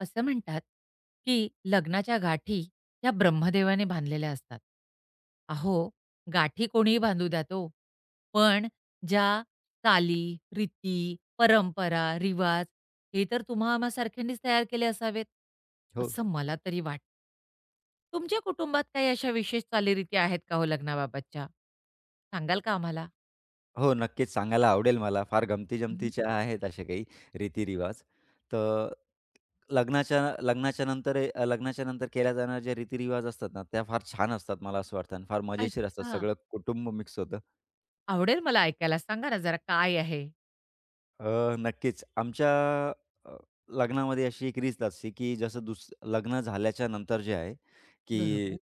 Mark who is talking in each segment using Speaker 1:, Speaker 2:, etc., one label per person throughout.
Speaker 1: असं म्हणतात, की लग्नाच्या गाठी ह्या ब्रह्मदेवाने बांधलेल्या असतात. अहो, गाठी कोणीही बांधू द्यात ओ, पण ज्या चाली, रीती, परंपरा, रिवाज हे तर तुम्हा आम्हा सारख्यांनीच तयार केले असावेत,
Speaker 2: हो,
Speaker 1: असं मला तरी वाटतं. तुमच्या कुटुंबात काही अशा विशेष चालीरीती आहेत का हो लग्नाबाबतच्या? सांगाल का आम्हाला?
Speaker 2: हो. नक्कीच सांगायला आवडेल मला. फार
Speaker 1: हं.
Speaker 2: गमती-जमतीच्या आहेत अशा काही रीती-रिवाज. तर लग्नाच्या लग्नाच्या नंतर लग्नाच्या नंतर केल्या जाणाऱ्या ज्या रीती-रिवाज असतात ना, त्या फार छान असतात मला असं वाटतं आणि फार मजेशीर असतात.
Speaker 1: अच्छा.
Speaker 2: सगळं कुटुंब मिक्स होतं.
Speaker 1: आवडेल मला ऐकायला. सांगा ना जरा काय आहे?
Speaker 2: नक्कीच. आमच्या अ, लग्नामध्ये अशी एक रीत असते, की जसं लग्न झाल्याच्या नंतर जे आहे, की
Speaker 1: बरोबर,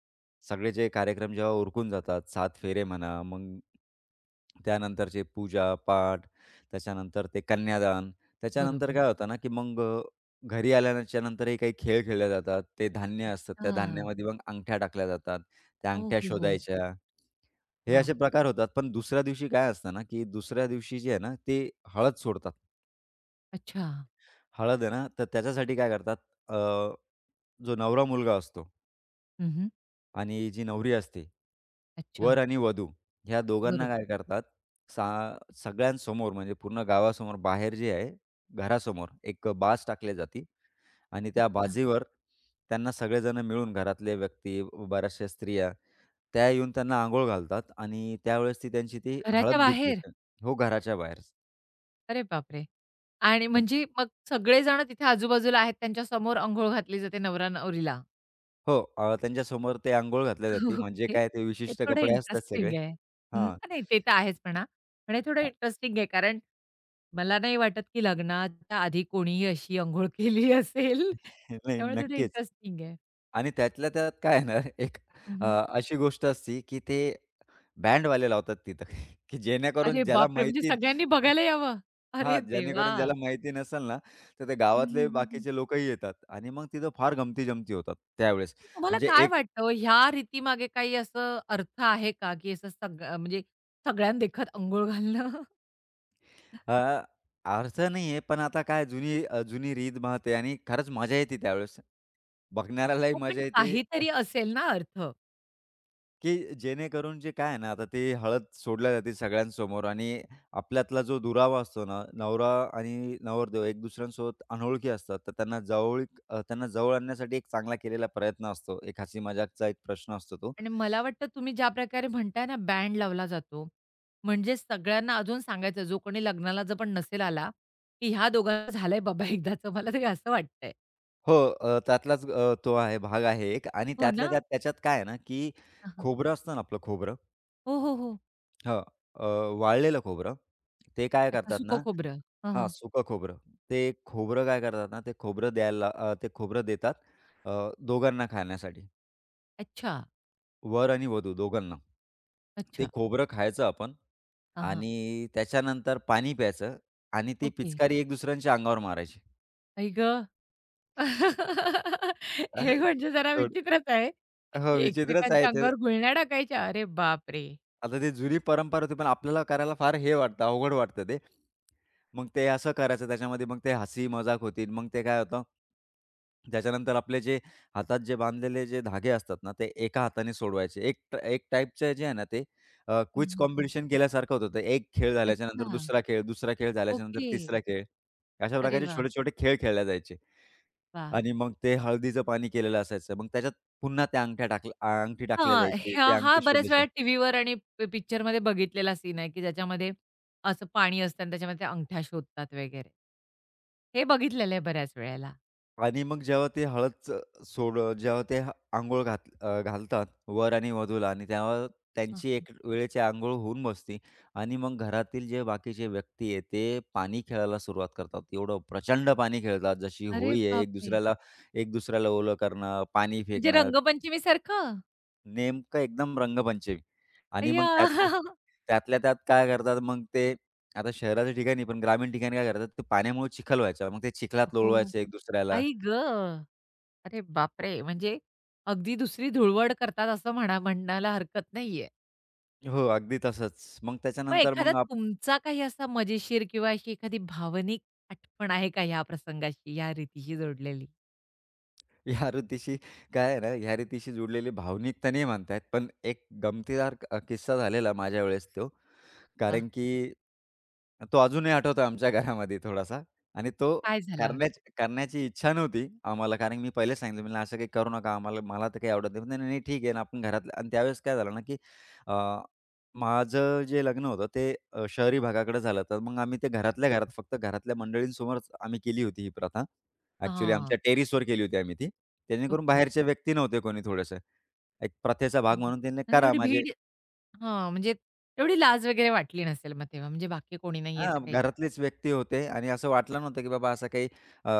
Speaker 2: सगळे जे कार्यक्रम जेव्हा उरकून जातात, सात फेरे म्हणा, मग त्यानंतरचे पूजा-पाठ, त्याच्यानंतर ते कन्यादान. त्याच्यानंतर
Speaker 1: बरोबर.
Speaker 2: काय होतं ना, की मग घरी आल्याच्यानंतरही काही खेळ खेळले जातात. ते धान्य असतात,
Speaker 1: अच्छा.
Speaker 2: त्या धान्यामध्ये मग अंगठ्या टाकल्या जातात, त्या
Speaker 1: ओ,
Speaker 2: अंगठ्या
Speaker 1: हो, हो.
Speaker 2: शोधायच्या. हे
Speaker 1: वाह!
Speaker 2: असे प्रकार होतात. पण दुसऱ्या दिवशी काय असतं ना, की दुसऱ्या दिवशी जे आहे ना, ते हळद सोडतात.
Speaker 1: अच्छा.
Speaker 2: हळद आहे ना, तर त्याच्यासाठी काय करतात अ, जो नवरा-मुलगा असतो
Speaker 1: हं,
Speaker 2: आणि जी नवरी असते,
Speaker 1: अच्छा.
Speaker 2: वर आणि वधू ह्या दोघांना
Speaker 1: बरोबर.
Speaker 2: काय करतात, सा सगळ्यांसमोर म्हणजे पूर्ण गावासमोर बाहेर जे आहे, घरासमोर एक बाज टाकली जाते आणि त्या
Speaker 1: अच्छा.
Speaker 2: बाजेवर त्यांना सगळेजण मिळून घरातले व्यक्ती, बऱ्याचशा स्त्रिया त्या येऊन त्यांना अंघोळ घालतात आणि त्यावेळेस ती त्यांची ती
Speaker 1: घराच्या
Speaker 2: हळद धुतली
Speaker 1: बाहेर?
Speaker 2: जाते. हो, घराच्या बाहेर.
Speaker 1: अरे बापरे! आणि म्हणजे मग सगळेजण तिथे आजूबाजूला आहेत, त्यांच्या समोर अंघोळ घातली जाते नवरा-नवरीला.
Speaker 2: हो, त्यांच्यासमोर ते अंघोळ घातल्या जाते. म्हणजे
Speaker 1: ओके.
Speaker 2: काय ते
Speaker 1: हे
Speaker 2: विशिष्ट
Speaker 1: थोडं
Speaker 2: कपडे असतात
Speaker 1: इंटरेस्टिंग
Speaker 2: सगळे.
Speaker 1: आहे. हं,
Speaker 2: हां.
Speaker 1: नाही ते तर आहेच म्हणा. पण हे थोडं
Speaker 2: अ,
Speaker 1: इंटरेस्टिंग आहे, कारण मला नाही वाटत, की लग्नाच्या आधी कोणीही अशी अंघोळ केली असेल.
Speaker 2: नाही
Speaker 1: त्यामुळे थोडं
Speaker 2: नक्कीच.
Speaker 1: इंटरेस्टिंग आहे.
Speaker 2: आणि त्यातल्या त्यात काय आहे ना एक अ,
Speaker 1: हं,
Speaker 2: अशी गोष्ट असते, की ते बँडवाले लावतात तिथं, की
Speaker 1: अरे
Speaker 2: जेणेकरून ज्याला
Speaker 1: बापरे! म्हणजे
Speaker 2: माहिती
Speaker 1: सगळ्यांनी बघायला यावं. अरे
Speaker 2: हां,
Speaker 1: देवा!
Speaker 2: जेणेकरून ज्याला माहिती नसेल ना, तर ते
Speaker 1: हं, हं,
Speaker 2: गावातले
Speaker 1: हं, हं.
Speaker 2: बाकीचे लोकही येतात आणि मग तिथं फार गमती-जमती होतात त्यावेळेस.
Speaker 1: तुम्हाला
Speaker 2: म्हणजे
Speaker 1: काय
Speaker 2: एक
Speaker 1: वाटतं हो, ह्या रीतीमागे काही असं अर्थ आहे का, की असं सगळं म्हणजे सगळ्यांदेखत अंघोळ घालणं?
Speaker 2: अ, अर्थ नाही आहे, पण आता काय जुनी जुनी रीत-भात आहे आणि खरंच मजा येते त्यावेळेस. बघणाऱ्यालाही
Speaker 1: हो, पण
Speaker 2: मजा येते,
Speaker 1: काहीतरी असेल ना अर्थ.
Speaker 2: की जेणेकरून जे काय आहे ना, आता ती हळद सोडल्या जाते सगळ्यांसमोर आणि आपल्यातला जो दुरावा असतो ना, नवरा आणि नवरदेव एक दुसऱ्यांसोबत अनोळखी असतात, तर त्यांना जवळीक त्यांना जवळ आणण्यासाठी एक चांगला केलेला प्रयत्न असतो. एक हसी मजाकचा एक प्रश्न असतो तो.
Speaker 1: आणि मला वाटतं तुम्ही ज्या प्रकारे म्हणताय ना बँड लावला जातो, म्हणजे सगळ्यांना अजून सांगायचं जो कोणी लग्नाला जर पण नसेल आला, की ह्या दोघांना झालंय बाबा एकदाचं मला तरी असं वाटतंय.
Speaker 2: हो, त्यातलाच तो आहे, भाग आहे एक आणि
Speaker 1: हो
Speaker 2: त्यातल्या
Speaker 1: ना?
Speaker 2: त्यात त्याच्यात काय आहे ना, की
Speaker 1: हां, हां.
Speaker 2: खोबरं असतं ना आपलं खोबरं.
Speaker 1: हो, हो, हो.
Speaker 2: हं, अ, वाळलेलं खोबरं. ते काय
Speaker 1: अच्छा,
Speaker 2: करतात
Speaker 1: सुकं
Speaker 2: ना
Speaker 1: खोबरं. हां,
Speaker 2: हां,
Speaker 1: हां.
Speaker 2: सुकं खोबरं. ते खोबरं काय करतात ना, ते खोबरं देतात अ, दोघांना खाण्यासाठी.
Speaker 1: अच्छा,
Speaker 2: वर आणि वधू दोघांना. ते
Speaker 1: अच्छा.
Speaker 2: खोबरं खायचं आपण
Speaker 1: हां, हां.
Speaker 2: आणि त्याच्यानंतर पाणी प्यायचं आणि ती
Speaker 1: ओके.
Speaker 2: पिचकारी एक दुसऱ्यांच्या अंगावर मारायची.
Speaker 1: आई ग! हे
Speaker 2: असं
Speaker 1: म्हणजे जरा
Speaker 2: थोडं
Speaker 1: विचित्रच आहे,
Speaker 2: हो,
Speaker 1: की
Speaker 2: विचित्रच आहे
Speaker 1: एकमेकांच्या
Speaker 2: ते.
Speaker 1: अंगावर गुळण्या टाकायच्या. अरे बापरे!
Speaker 2: आता ती जुनी परंपरा होती, पण आपल्याला करायला फार हे वाटतं, अवघड वाटतं ते. मग ते असं करायचं त्याच्यामध्ये मग ते हसी-मजाक होतील. मग ते काय होतं, त्याच्यानंतर आपले जे हातात जे बांधलेले जे धागे असतात ना, ते एका हाताने सोडवायचे. एक टाइपचं जे आहे ना ते
Speaker 1: हं,
Speaker 2: क्विज
Speaker 1: हं, हं.
Speaker 2: कॉम्पिटिशन केल्यासारखं होतं ते. एक खेळ झाल्याच्यानंतर
Speaker 1: अच्छा.
Speaker 2: दुसरा खेळ, दुसरा खेळ झाल्याच्यानंतर
Speaker 1: ओके.
Speaker 2: तिसरा खेळ. अशा
Speaker 1: अरे
Speaker 2: प्रकारचे
Speaker 1: वाह!
Speaker 2: छोटे-छोटे खेळ खेळले जायचे.
Speaker 1: वाह!
Speaker 2: आणि मग ते हळदीचं पाणी केलेलं असायचं. मग त्याच्यात पुन्हा त्या अंगठ्या टाकल्या अंगठी टाकल्या
Speaker 1: हां,
Speaker 2: जायची.
Speaker 1: ह्या
Speaker 2: ती
Speaker 1: हा
Speaker 2: अंगठी
Speaker 1: बऱ्याच वेळा
Speaker 2: शोधायची.
Speaker 1: टीव्हीवर आणि पिक्चरमध्ये बघितलेला सीन आहे, की ज्याच्यामध्ये असं पाणी असतं आणि त्याच्यामध्ये त्या अंगठ्या शोधतात वगैरे. हे बघितलेलं आहे बऱ्याच वेळेला.
Speaker 2: आणि मग जेव्हा ते हळद च- सोड जेव्हा ते ह घालतात वर आणि वधूला आणि तेव्हा
Speaker 1: हां,
Speaker 2: त्यांची
Speaker 1: हां.
Speaker 2: एक वेळेची अंघोळ होऊन बसते आणि मग घरातील जे बाकीचे व्यक्ती आहे, ते पाणी खेळायला सुरुवात करतात. एवढं प्रचंड पाणी खेळतात. जशी
Speaker 1: अरे
Speaker 2: होळी आहे,
Speaker 1: बापरे!
Speaker 2: एक दुसऱ्याला ओलं करणं, पाणी
Speaker 1: म्हणजे
Speaker 2: फेकणं,
Speaker 1: रंगपंचमीसारखं?
Speaker 2: नेमकं एकदम रंगपंचमी. आणि
Speaker 1: अय्या!
Speaker 2: मग त्यातले त्यातल्या त्यात काय करतात मग ते आता शहराच्या ठिकाणी पण ग्रामीण ठिकाणी काय करतात, ते पाण्यामुळे चिखल व्हायचा. मग ते चिखलात
Speaker 1: हो.
Speaker 2: लोळवायचे एक दुसऱ्याला.
Speaker 1: आई गं! अरे बापरे! म्हणजे अगदी दुसरी धुळवड करतात असं म्हणा, म्हणायला हरकत नाहीये.
Speaker 2: हो, अगदी तसंच. मग
Speaker 1: मग
Speaker 2: त्याच्यानंतर
Speaker 1: एखादा
Speaker 2: मग
Speaker 1: तुमचा काही असा मजेशीर किंवा अशी एखादी भावनिक आठवण आहे का या प्रसंगाशी, या रीतीशी जोडलेली?
Speaker 2: या ऋतीशी काय आहे ना, ह्या ऋतीशी जुडलेली भावनिकता नाही म्हणता येत, पण एक गमतीदार किस्सा झालेला माझ्या वेळेस तो.
Speaker 1: हां,
Speaker 2: कारण की तो अजूनही आठवतो आमच्या घरामध्ये थोडासा आणि तो
Speaker 1: काय झाला होता?
Speaker 2: करण्याची करण्याची इच्छा नव्हती आम्हाला. कारण मी पहिलेच सांगितलं, "म्हणलं असं काही करू नका आम्हाला, मला तर काही आवडत नाही." "नाही, नाही, नाही, ठीक आहे ना, आपण घरातलं." आणि त्यावेळेस काय झालं ना, की अ, माझं जे लग्न होतं ते शहरी भागाकडे झालं. तर मग आम्ही ते घरातल्या घरात, फक्त घरातल्या मंडळींसमोरच आम्ही केली होती ही प्रथा. ॲक्चुअली आमच्या
Speaker 1: हां,
Speaker 2: टेरेसवर केली होती आम्ही ती. जेणेकरून
Speaker 1: ओके.
Speaker 2: बाहेरच्या व्यक्ती नव्हते कोणी थोडंसं. एक प्रथेचा भाग
Speaker 1: हां.
Speaker 2: म्हणून त्यांनी
Speaker 1: म्हणजे
Speaker 2: करा
Speaker 1: तेवढी
Speaker 2: म्हणजे
Speaker 1: भीड, हां, म्हणजे तेवढी लाज वगैरे वाटली नसेल मग तेव्हा, म्हणजे बाकी कोणी नाहीये तर
Speaker 2: हां,
Speaker 1: काही.
Speaker 2: घरातलेच व्यक्ती होते आणि असं वाटलं नव्हतं, की बाबा असा काही अ,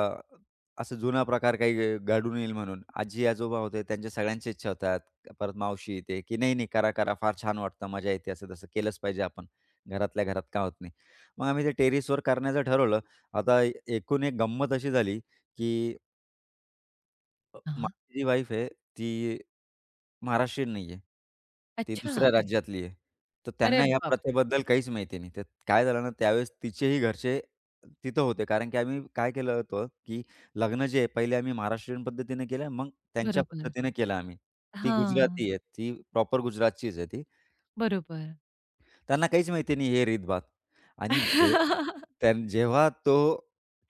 Speaker 2: असं जुना प्रकार काही घडून येईल म्हणून. आजी-आजोबा होते त्यांच्या सगळ्यांच्या इच्छा होतात. परत मावशी ते, की "नाही, नाही, करा, करा. फार छान वाटतं. मजा येते. असं तसं केलंच पाहिजे आपण. घरातल्या घरात का होत नाही." मग आम्ही ते टेरेसवर करण्याचं ठरवलं. आता एकूण एक गंमत अशी झाली, की
Speaker 1: हां.
Speaker 2: माझी जी वाईफ आहे, ती महाराष्ट्रीयन नाहीये. ती
Speaker 1: अच्छा.
Speaker 2: दुसऱ्या राज्यातली आहे. तर
Speaker 1: अरे
Speaker 2: त्यांना या
Speaker 1: बापरे!
Speaker 2: प्रथेबद्दल काहीच माहिती नाही. तर काय झालं ना, त्यावेळेस तिचेही घरचे तिथं होते. कारण की आम्ही काय केलं होतं, की लग्न जे आहे पहिले आम्ही महाराष्ट्रीयन पद्धतीने केलं, मग त्यांच्या
Speaker 1: बरोबर.
Speaker 2: पद्धतीने केलं आम्ही. ती
Speaker 1: हां,
Speaker 2: गुजराती आहे. ती प्रॉपर गुजरातचीच आहे ती.
Speaker 1: बरोबर.
Speaker 2: त्यांना काहीच माहिती नाही हे रीतभात. आणि जे जेव्हा तो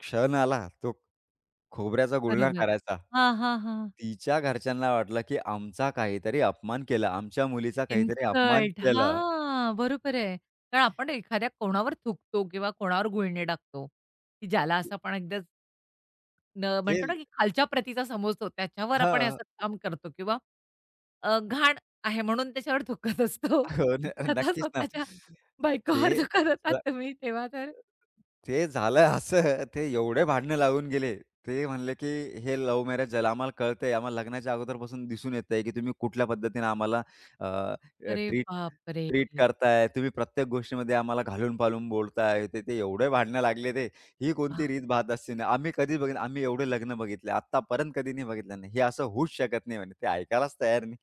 Speaker 2: क्षण आला, तो खोबऱ्याचा गुळणा
Speaker 1: बरोबर.
Speaker 2: करायचा.
Speaker 1: हां, हां, हां.
Speaker 2: तिच्या घरच्यांना वाटलं, की आमचा काहीतरी अपमान केला. आमच्या मुलीचा काहीतरी अपमान
Speaker 1: इन्सल्ट हा,
Speaker 2: केला.
Speaker 1: बरोबर आहे. कारण आपण एखाद्या कोणावर थुंकतो किंवा कोणावर गुळणे टाकतो, की ज्याला असं आपण एकदा न
Speaker 2: ते
Speaker 1: म्हणतो ना, की खालच्या प्रतीचा समजतो त्याच्यावर आपण हे
Speaker 2: हां.
Speaker 1: असं काम करतो किंवा घाण आहे म्हणून त्याच्यावर थुंकत असतो.
Speaker 2: हो,
Speaker 1: पण आता
Speaker 2: नक्कीच ना.
Speaker 1: स्वतःच्या बायकोवर
Speaker 2: ते
Speaker 1: थुंकत होतात तुम्ही तेव्हा तर
Speaker 2: ते झालं असं, ते एवढे भांडणं लागून गेले. ते म्हणले की हे लव्ह मॅरेज झालं. आम्हाला कळतंय, आम्हाला लग्नाच्या अगोदरपासून दिसून येतंय की तुम्ही कुठल्या पद्धतीने आम्हाला
Speaker 1: अरे
Speaker 2: ट्रीट
Speaker 1: बापरे!
Speaker 2: ट्रीट करताय. तुम्ही प्रत्येक गोष्टीमध्ये आम्हाला घालून-पालून बोलताय. ते ते एवढे भांडणं लागले ते. ही कोणती
Speaker 1: बाप
Speaker 2: रीत भात असते ना. आम्ही कधी बघितलं आम्ही एवढे लग्न बघितले. आत्तापर्यंत कधी नाही बघितलं नाही. हे असं होऊच शकत नाही म्हणे. ते ऐकायलाच तयार नाही.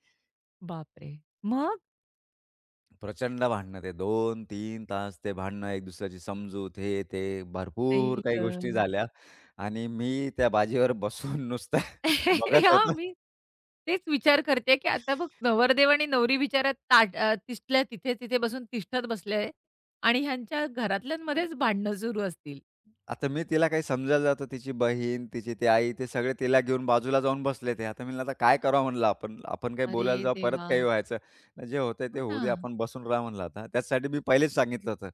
Speaker 1: बापरे! मग?
Speaker 2: प्रचंड भांडणं ते 2-3 तास ते भांडणं, एक दुसऱ्याची समजूत, हे ते भरपूर
Speaker 1: आई
Speaker 2: काही गोष्टी
Speaker 1: गं!
Speaker 2: झाल्या आणि मी त्या बाजीवर बसून नुसतं बघत
Speaker 1: हां,
Speaker 2: होतो.
Speaker 1: मी तेच विचार करते, की आता बघ नवरदेव आणि नवरी बिचाऱ्या तिथल्या तिथे, तिथे बसून तिष्ठत बसले आणि ह्यांच्या घरातल्यांमध्येच भांडणं सुरू असतील.
Speaker 2: आता मी तिला काही समजायला जातो, तिची बहीण, तिची ती आई, ते सगळे तिला घेऊन बाजूला जाऊन बसले ते. आता मी म्हणलं, "आता काय करावं?" म्हणलं, "आपण आपण काही
Speaker 1: अरे
Speaker 2: बोलायला जाऊ, परत
Speaker 1: देवा!
Speaker 2: काही व्हायचं. जे होतंय
Speaker 1: हो
Speaker 2: ते
Speaker 1: ना.
Speaker 2: होऊ दे, आपण बसून राहा" म्हणलं आता. त्याचसाठी मी पहिलेच सांगितलं होतं.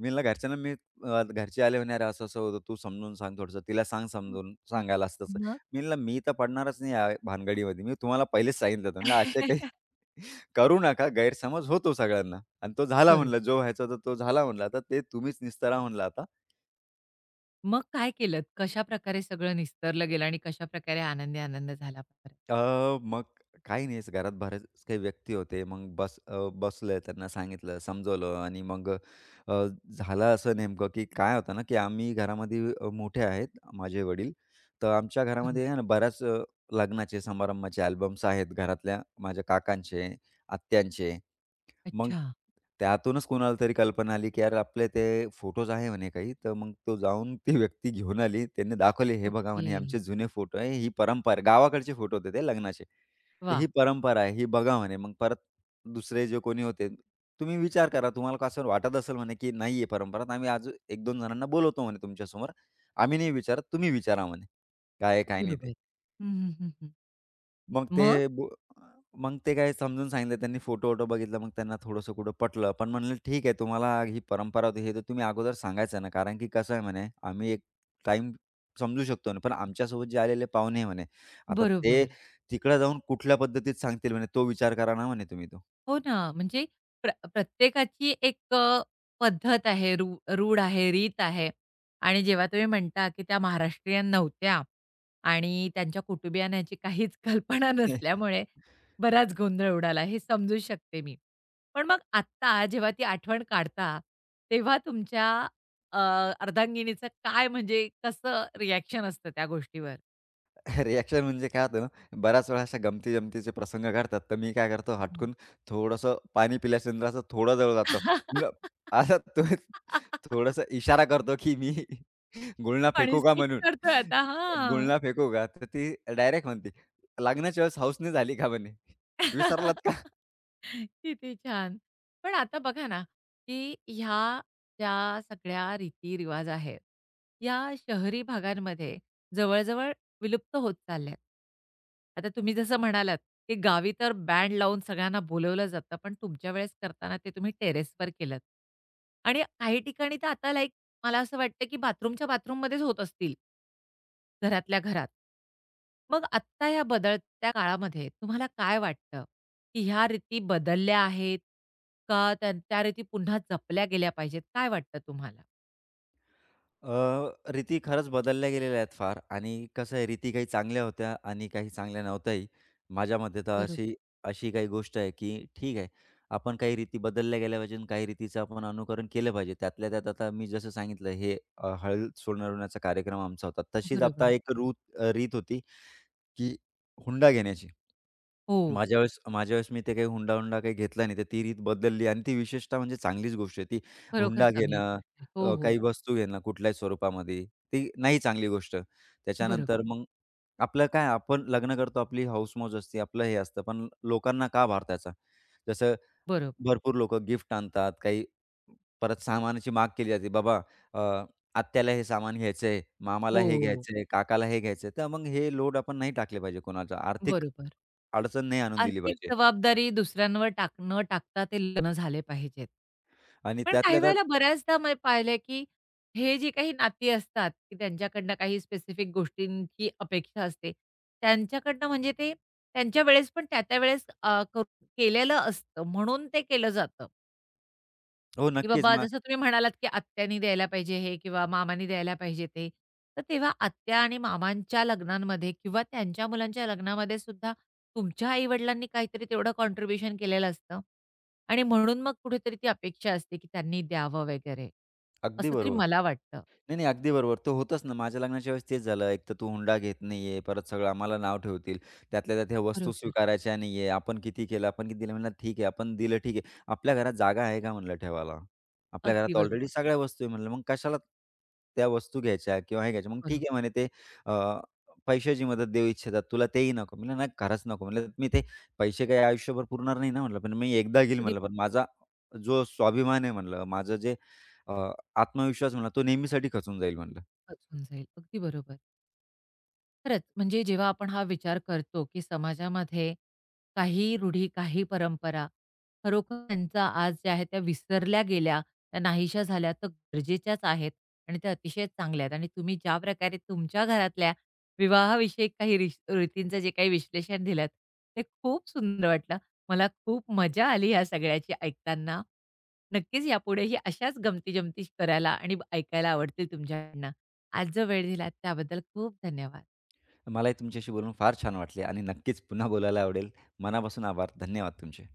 Speaker 2: मी ना घरच्यांना मी अ, घरचे आले म्हणे, "अरे असं-असं होतं, तू समजून सांग थोडंसं, तिला सांग
Speaker 1: हं,
Speaker 2: समजून
Speaker 1: हं.
Speaker 2: सांगायला असं तसं."
Speaker 1: मग?
Speaker 2: मी म्हणलं, "मी तर पडणारच नाही या भानगडीमध्ये. मी तुम्हाला पहिलेच सांगितलं होतं." म्हणलं, "असे काही करू नका, गैरसमज होतो सगळ्यांना आणि तो झाला
Speaker 1: बरोबर.
Speaker 2: म्हणलं, जो व्हायचा होता तो झाला म्हणलं. आता ते तुम्हीच निस्तारा म्हणलं आता."
Speaker 1: मग काय केलत? कशाप्रकारे सगळं निस्तरलं गेलं आणि कशाप्रकारे आनंदी आनंद झाला परत?
Speaker 2: मग काही नाही घरात बरेच काही व्यक्ती होते. बसलोय त्यांना सांगितलं, समजवलं आणि मग अ, झालं असं नेमकं की काय होतं ना, की आम्ही घरामध्ये मोठे आहेत माझे वडील. तर आमच्या घरामध्ये
Speaker 1: बरोबर.
Speaker 2: आहे ना बऱ्याच लग्नाचे, समारंभाचे अल्बम्स आहेत घरातल्या माझ्या काकांचे, आत्यांचे. मग
Speaker 1: अच्छा.
Speaker 2: त्यातूनच कोणाला तरी कल्पना आली, की यार आपले ते फोटोज आहे म्हणे काही, तर मग तो जाऊन ती व्यक्ती घेऊन आली. त्यांनी दाखवले, "हे बघा
Speaker 1: ओके.
Speaker 2: म्हणे, हे आमचे जुने फोटो आहे. ही परंपरा." गावाकडचे फोटो होते ते लग्नाचे. "तर ही
Speaker 1: वाह!
Speaker 2: परंपरा आहे, ही बघा" म्हणे. मग परत दुसरे जे कोणी होते, "तुम्ही विचार करा, तुम्हाला का असं वाटत असेल म्हणे, की नाही आहे परंपरा, तर आम्ही आज 1-2 जणांना बोलवतो म्हणे तुमच्यासमोर. आम्ही नाही विचारत, तुम्ही विचारा म्हणे, काय आहे, काय नाही ते."
Speaker 1: बरोबर. हं, हं, हं, हं.
Speaker 2: मग ते
Speaker 1: मग?
Speaker 2: बो मग ते काय समजून सांगितलं त्यांनी फोटो-वोटो बघितला. मग त्यांना थोडंसं कुठं पटलं. पण म्हणलं, "ठीक आहे, तुम्हाला ही परंपरा होती, हे तर तुम्ही अगोदर सांगायचं ना, कारण की कसं आहे," म्हणे, "आम्ही एक टाइम समजू शकतो ना, पण आमच्यासोबत जे आलेले पाहुणे आहे," म्हणे, "आता ते
Speaker 1: बरोबर.
Speaker 2: तिकडे जाऊन कुठल्या पद्धतीत सांगतील," म्हणे, "तो विचार करा ना," म्हणे, "तुम्ही तो."
Speaker 1: हो ना, म्हणजे प्रत्येकाची एक पद्धत आहे, रूढ आहे, रीत आहे. आणि जेव्हा तुम्ही म्हणता, की त्या महाराष्ट्रीयन नव्हत्या आणि त्यांच्या कुटुंबियांना याची काहीच कल्पना नसल्यामुळे बराच गोंधळ उडाला, हे समजू शकते मी. पण मग आत्ता जेव्हा ती आठवण काढता, तेव्हा तुमच्या अ, अर्धांगिनीचं काय, म्हणजे कसं रिएक्शन असतं त्या गोष्टीवर?
Speaker 2: रिएक्शन म्हणजे काय होतं ना, बऱ्याच वेळा अशा गमती-जमतीचे प्रसंग घडतात. तर मी काय करतो
Speaker 1: हं.
Speaker 2: हटकून थोडंसं पाणी पिल्यानंतर असं थोडं जवळ जातो. ल आता तो थोडासा इशारा करतो, की मी गुळणा
Speaker 1: पाणी
Speaker 2: फेकू का म्हणून.
Speaker 1: करतोय आता. हां.
Speaker 2: गुळणा फेकू का? तर ती डायरेक्ट म्हणते, "लग्नाच्या वेळेस हौस झाली का?" म्हणे. "विसरलात का?"
Speaker 1: किती छान. पण आता बघा ना, की ह्या ज्या सगळ्या रीती-रिवाज आहेत, या शहरी भागांमध्ये जवळ-जवळ विलुप्त होत चालल्यात. आता तुम्ही जसं म्हणालात, की गावी तर बँड लावून सगळ्यांना बोलवलं जातं, पण तुमच्या वेळेस करताना ते तुम्ही टेरेसवर केलंत. आणि काही ठिकाणी तर आता लाइक मला असं वाटतं, की बाथरूमच्या बाथरूममध्येच होत असतील. घरातल्या घरात. मग आत्ता ह्या त्या काळामध्ये तुम्हाला काय वाटतं, की ह्या रीती बदलल्या आहेत का त्या त्या रीती पुन्हा जपल्या गेल्या पाहिजेत? काय वाटतं तुम्हाला?
Speaker 2: रीती खरंच बदलल्या गेलेल्या आहेत फार आणि कसं आहे रीती काही चांगल्या होत्या आणि काही चांगल्या नव्हत्याही. माझ्या मते तर
Speaker 1: बरोबर,
Speaker 2: अशी अशी काही गोष्ट आहे, की ठीक आहे, आपण काही रीती बदलल्या गेल्या पाहिजे आणि काही रीतीचं आपण अनुकरण केलं पाहिजे. त्यातल्या त्यात आता मी जसं सांगितलं हे हळद सोनारवण्याचा कार्यक्रम आमचा होता. तशीच आता
Speaker 1: बरोबर.
Speaker 2: एक रूत रीत होती की हुंडा घेण्याची.
Speaker 1: हो.
Speaker 2: माझ्या वेळेस मी ते काही हुंडा-हुंडा काही घेतला नाही. तर ती रीत बदलली आणि ती विशेषतः म्हणजे चांगलीच गोष्ट आहे. ती
Speaker 1: खरोखर
Speaker 2: हुंडा
Speaker 1: चांगली
Speaker 2: घेणं,
Speaker 1: गोष्ट आहे. हो, हो.
Speaker 2: काही वस्तू घेणं कुठल्याही स्वरूपामध्ये, ती नाही चांगली गोष्ट.
Speaker 1: बरोबर,
Speaker 2: त्याच्यानंतर मग आपलं काय आपण लग्न करतो, आपली हौस-मौज असते, आपलं हे असतं, पण लोकांना का भारताचा जसं
Speaker 1: बरोबर.
Speaker 2: भरपूर लोकं गिफ्ट आणतात, काही परत सामानाची माग केली जाते. बाबा अ, आत्याला हे सामान घ्यायचंय, मामाला हे
Speaker 1: हो,
Speaker 2: घ्यायचंय, काकाला हे घ्यायचंय. तर मग हे लोड आपण नाही टाकले पाहिजे कोणाचा. आर्थिक
Speaker 1: बरोबर.
Speaker 2: अडचण नाही आणून दिली
Speaker 1: आर्थिक
Speaker 2: पाहिजे
Speaker 1: जबाबदारी दुसऱ्यांवर न टाकता ते लग्न झाले पाहिजेत.
Speaker 2: आणि
Speaker 1: पण काही
Speaker 2: त्यातल्या त्यात
Speaker 1: वेळेला बऱ्याचदा मी पाहिलंय, की हे जी काही नाती असतात, की त्यांच्याकडनं काही स्पेसिफिक गोष्टींची अपेक्षा असते. त्यांच्याकडनं म्हणजे ते त्यांच्या वेळेस पण त्या-त्या वेळेस अ, क केलेलं असतं म्हणून ते केलं जातं.
Speaker 2: हो,
Speaker 1: की
Speaker 2: नक्कीच.
Speaker 1: बाबा
Speaker 2: मग
Speaker 1: जसं तुम्ही म्हणालात, की आत्यानी द्यायला पाहिजे हे किंवा मामानी द्यायला पाहिजे ते. तर तेव्हा आत्या आणि मामांच्या लग्नांमध्ये किंवा त्यांच्या मुलांच्या लग्नामध्ये सुद्धा तुमच्या आई-वडिलांनी काहीतरी तेवढं कॉन्ट्रिब्युशन केलेलं असतं आणि म्हणून मग कुठेतरी ती अपेक्षा असते, की त्यांनी द्यावं वगैरे.
Speaker 2: अगदी
Speaker 1: असं तरी
Speaker 2: बरोबर.
Speaker 1: मला वाटतं.
Speaker 2: नाही, नाही. अगदी बरोबर. ते होतंच ना. माझ्या लग्नाच्या वेळेस तेच झालं. एक तर तू हुंडा घेत नाहीये, परत सगळं आम्हाला नाव ठेवतील. त्यातल्या त्यात ह्या वस्तू
Speaker 1: बरोबर.
Speaker 2: स्वीकारायच्या नाहीये. आपण किती केलं, आपण किती दिलं? म्हणलं, "ठीक आहे, आपण दिलं ठीक आहे. आपल्या घरात जागा आहे का?" म्हणलं, "ठेवायला. आपल्या
Speaker 1: अगदी
Speaker 2: घरात ऑलरेडी
Speaker 1: बरोबर.
Speaker 2: सगळ्या वस्तू आहे." म्हणलं, "मग कशाला त्या वस्तू घ्यायच्या किंवा हे घ्यायच्या?" "मग ठीक
Speaker 1: बरोबर.
Speaker 2: आहे," म्हणे, "ते अ, पैशाची मदत देऊ इच्छितात. तुला तेही नको." म्हणलं, "नाही, खरंच नको." म्हणलं, "मी ते पैसे काही आयुष्यभर पुरणार नाही ना," म्हणलं, "पण मी एकदा घेईल,"
Speaker 1: कधी
Speaker 2: म्हणलं, "पण माझा जो स्वाभिमान आहे," म्हणलं, "माझं जे आत्मविश्वास म्हणा, तो नेहमीसाठी खचून जाईल म्हणलं."
Speaker 1: होऊन जाईल. अगदी बरोबर. खरंच, म्हणजे जेव्हा आपण हा विचार करतो, की समाजामध्ये काही रूढी, काही परंपरा खरोखर त्यांचा आज ज्या आहेत त्या विसरल्या गेल्या, त्या नाहीशा झाल्या तर गरजेच्याच आहेत आणि त्या अतिशय चांगल्या आहेत. आणि तुम्ही ज्या प्रकारे तुमच्या घरातल्या विवाहाविषयक काही रीतींचं जे काही विश्लेषण दिलंत, ते खूप सुंदर वाटलं. मला खूप मजा आली ह्या सगळ्याची ऐकताना. नक्कीच यापुढेही अशाच गमती-जमती करायला आणि ऐकायला आवडतील तुमच्याकडनं. आज जो वेळ दिलात त्याबद्दल खूप धन्यवाद.
Speaker 2: मलाही तुमच्याशी बोलून फार छान वाटले आणि नक्कीच पुन्हा बोलायला आवडेल. मनापासून आभार. धन्यवाद तुमचे.